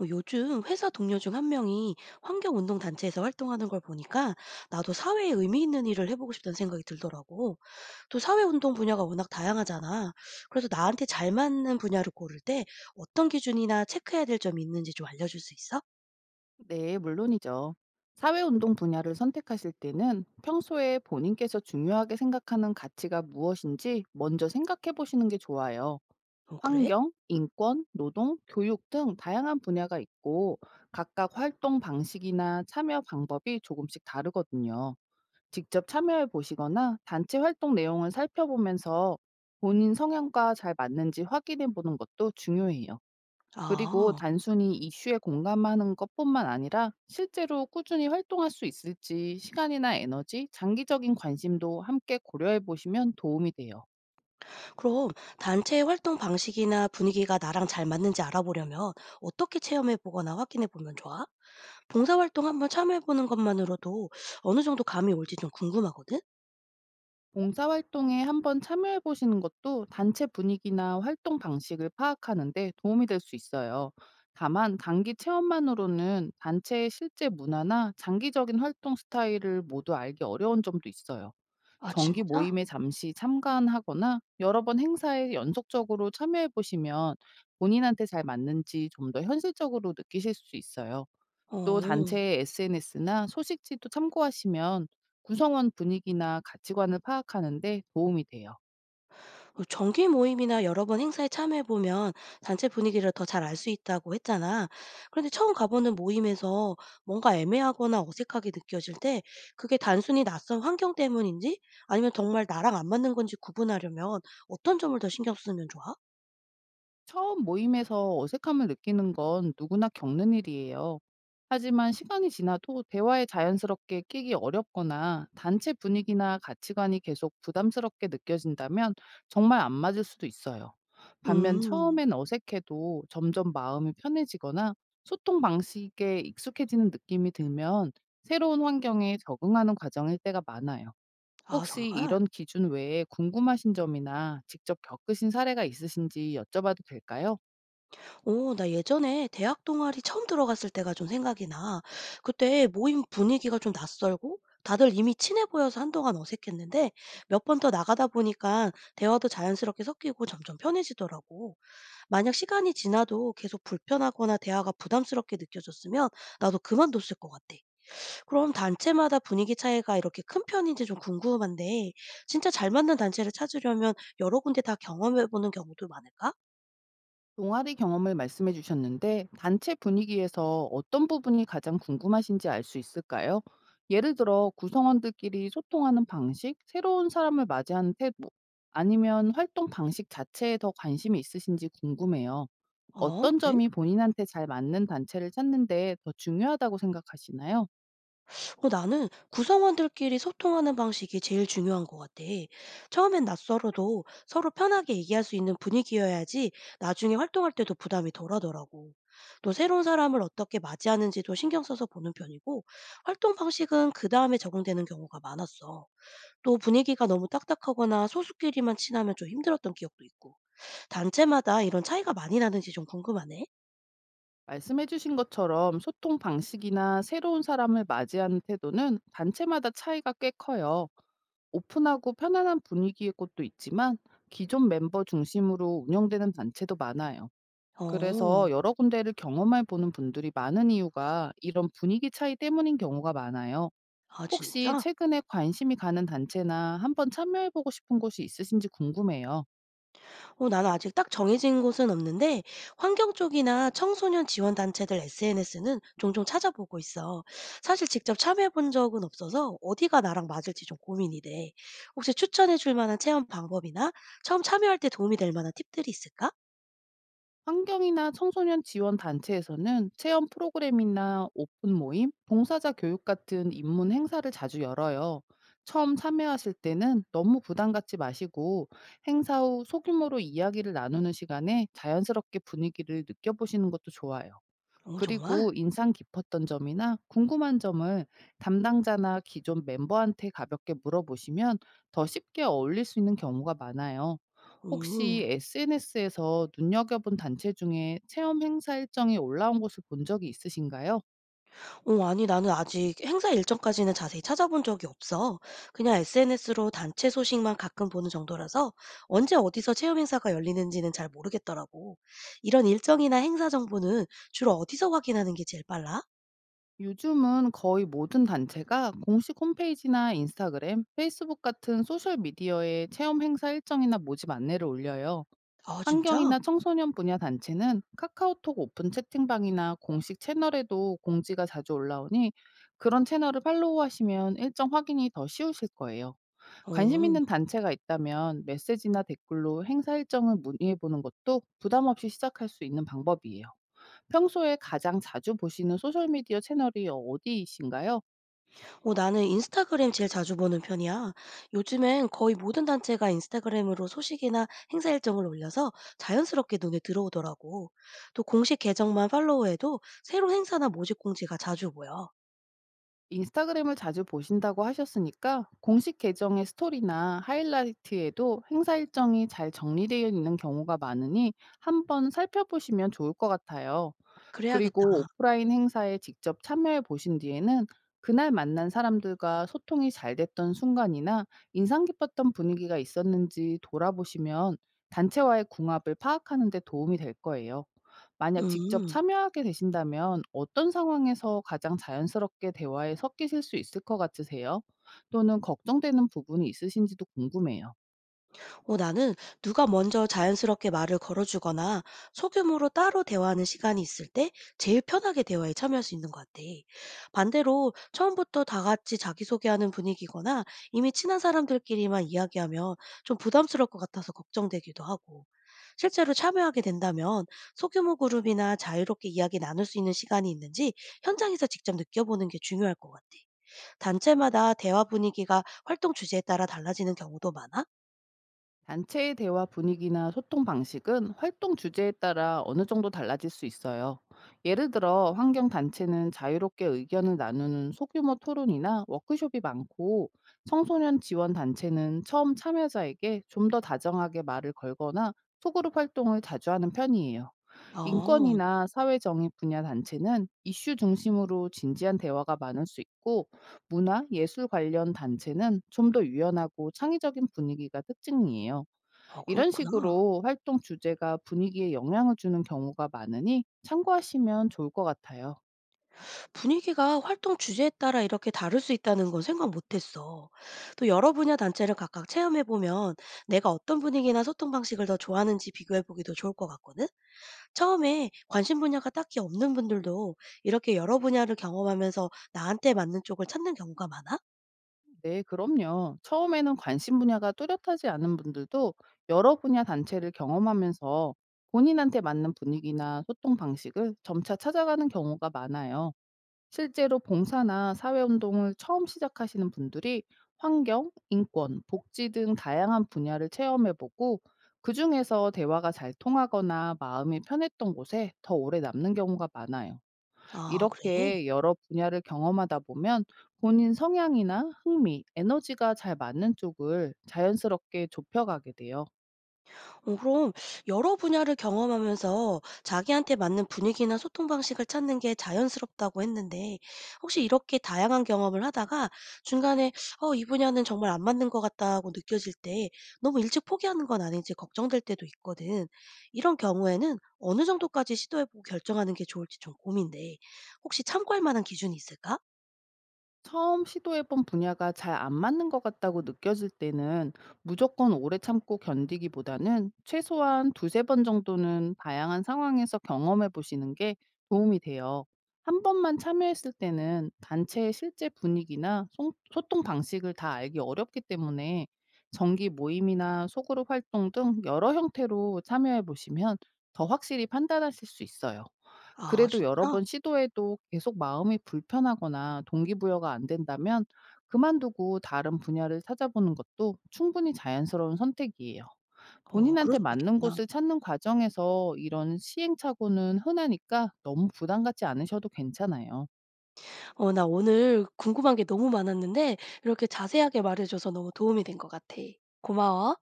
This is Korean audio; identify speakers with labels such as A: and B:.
A: 어, 요즘 회사 동료 중 한 명이 환경운동 단체에서 활동하는 걸 보니까 나도 사회에 의미 있는 일을 해보고 싶다는 생각이 들더라고. 또 사회운동 분야가 워낙 다양하잖아. 그래서 나한테 잘 맞는 분야를 고를 때 어떤 기준이나 체크해야 될 점이 있는지 좀 알려줄 수 있어?
B: 네, 물론이죠. 사회운동 분야를 선택하실 때는 평소에 본인께서 중요하게 생각하는 가치가 무엇인지 먼저 생각해 보시는 게 좋아요.
A: 어, 그래?
B: 환경, 인권, 노동, 교육 등 다양한 분야가 있고, 각각 활동 방식이나 참여 방법이 조금씩 다르거든요. 직접 참여해 보시거나 단체 활동 내용을 살펴보면서 본인 성향과 잘 맞는지 확인해 보는 것도 중요해요. 그리고
A: 아,
B: 단순히 이슈에 공감하는 것뿐만 아니라, 실제로 꾸준히 활동할 수 있을지 시간이나 에너지, 장기적인 관심도 함께 고려해 보시면 도움이 돼요.
A: 그럼 단체의 활동 방식이나 분위기가 나랑 잘 맞는지 알아보려면 어떻게 체험해보거나 확인해보면 좋아? 봉사활동 한번 참여해보는 것만으로도 어느 정도 감이 올지 좀 궁금하거든?
B: 봉사활동에 한번 참여해 보시는 것도 단체 분위기나 활동 방식을 파악하는데 도움이 될 수 있어요. 다만 단기 체험만으로는 단체의 실제 문화나 장기적인 활동 스타일을 모두 알기 어려운 점도 있어요.
A: 아,
B: 정기
A: 진짜?
B: 모임에 잠시 참관하거나 여러 번 행사에 연속적으로 참여해 보시면 본인한테 잘 맞는지 좀 더 현실적으로 느끼실 수 있어요. 또
A: 어.
B: 단체의 SNS나 소식지도 참고하시면 구성원 분위기나 가치관을 파악하는 데 도움이 돼요.
A: 그 정기 모임이나 여러 번 행사에 참여해 보면 단체 분위기를 더 잘 알 수 있다고 했잖아. 그런데 처음 가보는 모임에서 뭔가 애매하거나 어색하게 느껴질 때 그게 단순히 낯선 환경 때문인지 아니면 정말 나랑 안 맞는 건지 구분하려면 어떤 점을 더 신경 쓰면 좋아?
B: 처음 모임에서 어색함을 느끼는 건 누구나 겪는 일이에요. 하지만 시간이 지나도 대화에 자연스럽게 끼기 어렵거나 단체 분위기나 가치관이 계속 부담스럽게 느껴진다면 정말 안 맞을 수도 있어요. 반면
A: 음.
B: 처음엔 어색해도 점점 마음이 편해지거나 소통 방식에 익숙해지는 느낌이 들면 새로운 환경에 적응하는 과정일 때가 많아요.
A: 아
B: 혹시
A: 정말?
B: 이런 기준 외에 궁금하신 점이나 직접 겪으신 사례가 있으신지 여쭤봐도 될까요?
A: 오, 나 예전에 대학 동아리 처음 들어갔을 때가 좀 생각이 나. 그때 모임 분위기가 좀 낯설고 다들 이미 친해 보여서 한동안 어색했는데 몇 번 더 나가다 보니까 대화도 자연스럽게 섞이고 점점 편해지더라고. 만약 시간이 지나도 계속 불편하거나 대화가 부담스럽게 느껴졌으면 나도 그만뒀을 것 같아. 그럼 단체마다 분위기 차이가 이렇게 큰 편인지 좀 궁금한데 진짜 잘 맞는 단체를 찾으려면 여러 군데 다 경험해보는 경우도 많을까?
B: 동아리 경험을 말씀해 주셨는데, 단체 분위기에서 어떤 부분이 가장 궁금하신지 알 수 있을까요? 예를 들어 구성원들끼리 소통하는 방식, 새로운 사람을 맞이하는 태도, 아니면 활동 방식 자체에 더 관심이 있으신지 궁금해요.
A: 어,
B: 어떤
A: 그래?
B: 점이 본인한테 잘 맞는 단체를 찾는데 더 중요하다고 생각하시나요?
A: 어, 나는 구성원들끼리 소통하는 방식이 제일 중요한 것 같아. 처음엔 낯설어도 서로 편하게 얘기할 수 있는 분위기여야지 나중에 활동할 때도 부담이 덜하더라고. 또 새로운 사람을 어떻게 맞이하는지도 신경 써서 보는 편이고, 활동 방식은 그 다음에 적응되는 경우가 많았어. 또 분위기가 너무 딱딱하거나 소수끼리만 친하면 좀 힘들었던 기억도 있고, 단체마다 이런 차이가 많이 나는지 좀 궁금하네.
B: 말씀해 주신 것처럼 소통 방식이나 새로운 사람을 맞이하는 태도는 단체마다 차이가 꽤 커요. 오픈하고 편안한 분위기의 곳도 있지만 기존 멤버 중심으로 운영되는 단체도 많아요.
A: 어,
B: 그래서 여러 군데를 경험해 보는 분들이 많은 이유가 이런 분위기 차이 때문인 경우가 많아요.
A: 아,
B: 혹시
A: 진짜?
B: 최근에 관심이 가는 단체나 한번 참여해 보고 싶은 곳이 있으신지 궁금해요.
A: 어, 나는 아직 딱 정해진 곳은 없는데, 환경 쪽이나 청소년 지원 단체들 SNS는 종종 찾아보고 있어. 사실 직접 참여해 본 적은 없어서 어디가 나랑 맞을지 좀 고민이 돼. 혹시 추천해 줄 만한 체험 방법이나 처음 참여할 때 도움이 될 만한 팁들이 있을까?
B: 환경이나 청소년 지원 단체에서는 체험 프로그램이나 오픈 모임, 봉사자 교육 같은 입문 행사를 자주 열어요. 처음 참여하실 때는 너무 부담 갖지 마시고, 행사 후 소규모로 이야기를 나누는 시간에 자연스럽게 분위기를 느껴보시는 것도 좋아요.
A: 어, 정말?
B: 그리고 인상 깊었던 점이나 궁금한 점을 담당자나 기존 멤버한테 가볍게 물어보시면 더 쉽게 어울릴 수 있는 경우가 많아요. 혹시
A: 음.
B: SNS에서 눈여겨본 단체 중에 체험 행사 일정이 올라온 곳을 본 적이 있으신가요?
A: 어, 아니, 나는 아직 행사 일정까지는 자세히 찾아본 적이 없어. 그냥 SNS로 단체 소식만 가끔 보는 정도라서 언제 어디서 체험 행사가 열리는지는 잘 모르겠더라고. 이런 일정이나 행사 정보는 주로 어디서 확인하는 게 제일 빨라?
B: 요즘은 거의 모든 단체가 공식 홈페이지나 인스타그램, 페이스북 같은 소셜 미디어에 체험 행사 일정이나 모집 안내를 올려요.
A: 아, 진짜?
B: 환경이나 청소년 분야 단체는 카카오톡 오픈 채팅방이나 공식 채널에도 공지가 자주 올라오니, 그런 채널을 팔로우하시면 일정 확인이 더 쉬우실 거예요. 관심
A: 어.
B: 있는 단체가 있다면 메시지나 댓글로 행사 일정을 문의해 보는 것도 부담 없이 시작할 수 있는 방법이에요. 평소에 가장 자주 보시는 소셜미디어 채널이 어디이신가요?
A: 어, 나는 인스타그램 제일 자주 보는 편이야. 요즘엔 거의 모든 단체가 인스타그램으로 소식이나 행사 일정을 올려서 자연스럽게 눈에 들어오더라고. 또 공식 계정만 팔로우해도 새로운 행사나 모집 공지가 자주 보여.
B: 인스타그램을 자주 보신다고 하셨으니까, 공식 계정의 스토리나 하이라이트에도 행사 일정이 잘 정리되어 있는 경우가 많으니 한번 살펴보시면 좋을 것 같아요.
A: 그래야겠다.
B: 그리고 오프라인 행사에 직접 참여해 보신 뒤에는 그날 만난 사람들과 소통이 잘 됐던 순간이나 인상 깊었던 분위기가 있었는지 돌아보시면 단체와의 궁합을 파악하는 데 도움이 될 거예요. 만약 직접
A: 음.
B: 참여하게 되신다면 어떤 상황에서 가장 자연스럽게 대화에 섞이실 수 있을 것 같으세요? 또는 걱정되는 부분이 있으신지도 궁금해요.
A: 어, 나는 누가 먼저 자연스럽게 말을 걸어 주거나 소규모로 따로 대화하는 시간이 있을 때 제일 편하게 대화에 참여할 수 있는 것 같아. 반대로 처음부터 다 같이 자기소개하는 분위기거나 이미 친한 사람들끼리만 이야기하면 좀 부담스러울 것 같아서 걱정되기도 하고. 실제로 참여하게 된다면 소규모 그룹이나 자유롭게 이야기 나눌 수 있는 시간이 있는지 현장에서 직접 느껴보는 게 중요할 것 같아. 단체마다 대화 분위기가 활동 주제에 따라 달라지는 경우도 많아?
B: 단체의 대화 분위기나 소통 방식은 활동 주제에 따라 어느 정도 달라질 수 있어요. 예를 들어, 환경 단체는 자유롭게 의견을 나누는 소규모 토론이나 워크숍이 많고, 청소년 지원 단체는 처음 참여자에게 좀 더 다정하게 말을 걸거나 소그룹 활동을 자주 하는 편이에요.
A: 어,
B: 인권이나 사회 정의 분야 단체는 이슈 중심으로 진지한 대화가 많을 수 있고, 문화, 예술 관련 단체는 좀 더 유연하고 창의적인 분위기가 특징이에요.
A: 아
B: 이런
A: 그렇구나.
B: 식으로 활동 주제가 분위기에 영향을 주는 경우가 많으니 참고하시면 좋을 것 같아요.
A: 분위기가 활동 주제에 따라 이렇게 다를 수 있다는 건 생각 못 했어. 또 여러 분야 단체를 각각 체험해 보면 내가 어떤 분위기나 소통 방식을 더 좋아하는지 비교해 보기도 좋을 것 같거든? 처음에 관심 분야가 딱히 없는 분들도 이렇게 여러 분야를 경험하면서 나한테 맞는 쪽을 찾는 경우가 많아?
B: 네, 그럼요. 처음에는 관심 분야가 뚜렷하지 않은 분들도 여러 분야 단체를 경험하면서 본인한테 맞는 분위기나 소통 방식을 점차 찾아가는 경우가 많아요. 실제로 봉사나 사회운동을 처음 시작하시는 분들이 환경, 인권, 복지 등 다양한 분야를 체험해보고 그 중에서 대화가 잘 통하거나 마음이 편했던 곳에 더 오래 남는 경우가 많아요.
A: 아, 그래?
B: 이렇게 여러 분야를 경험하다 보면 본인 성향이나 흥미, 에너지가 잘 맞는 쪽을 자연스럽게 좁혀가게 돼요.
A: 어, 그럼 여러 분야를 경험하면서 자기한테 맞는 분위기나 소통 방식을 찾는 게 자연스럽다고 했는데, 혹시 이렇게 다양한 경험을 하다가 중간에 이 분야는 정말 안 맞는 것 같다고 느껴질 때 너무 일찍 포기하는 건 아닌지 걱정될 때도 있거든. 이런 경우에는 어느 정도까지 시도해보고 결정하는 게 좋을지 좀 고민돼. 혹시 참고할 만한 기준이 있을까?
B: 처음 시도해본 분야가 잘 안 맞는 것 같다고 느껴질 때는 무조건 오래 참고 견디기보다는 최소한 두세 번 정도는 다양한 상황에서 경험해 보시는 게 도움이 돼요. 한 번만 참여했을 때는 단체의 실제 분위기나 소통 방식을 다 알기 어렵기 때문에 정기 모임이나 소그룹 활동 등 여러 형태로 참여해 보시면 더 확실히 판단하실 수 있어요.
A: 아,
B: 그래도 여러
A: 진짜?
B: 번 시도해도 계속 마음이 불편하거나 동기부여가 안 된다면 그만두고 다른 분야를 찾아보는 것도 충분히 자연스러운 선택이에요.
A: 어, 그럴
B: 본인한테
A: 수도
B: 맞는
A: 있겠다.
B: 곳을 찾는 과정에서 이런 시행착오는 흔하니까 너무 부담 갖지 않으셔도 괜찮아요.
A: 어, 나 오늘 궁금한 게 너무 많았는데 이렇게 자세하게 말해줘서 너무 도움이 된 것 같아. 고마워.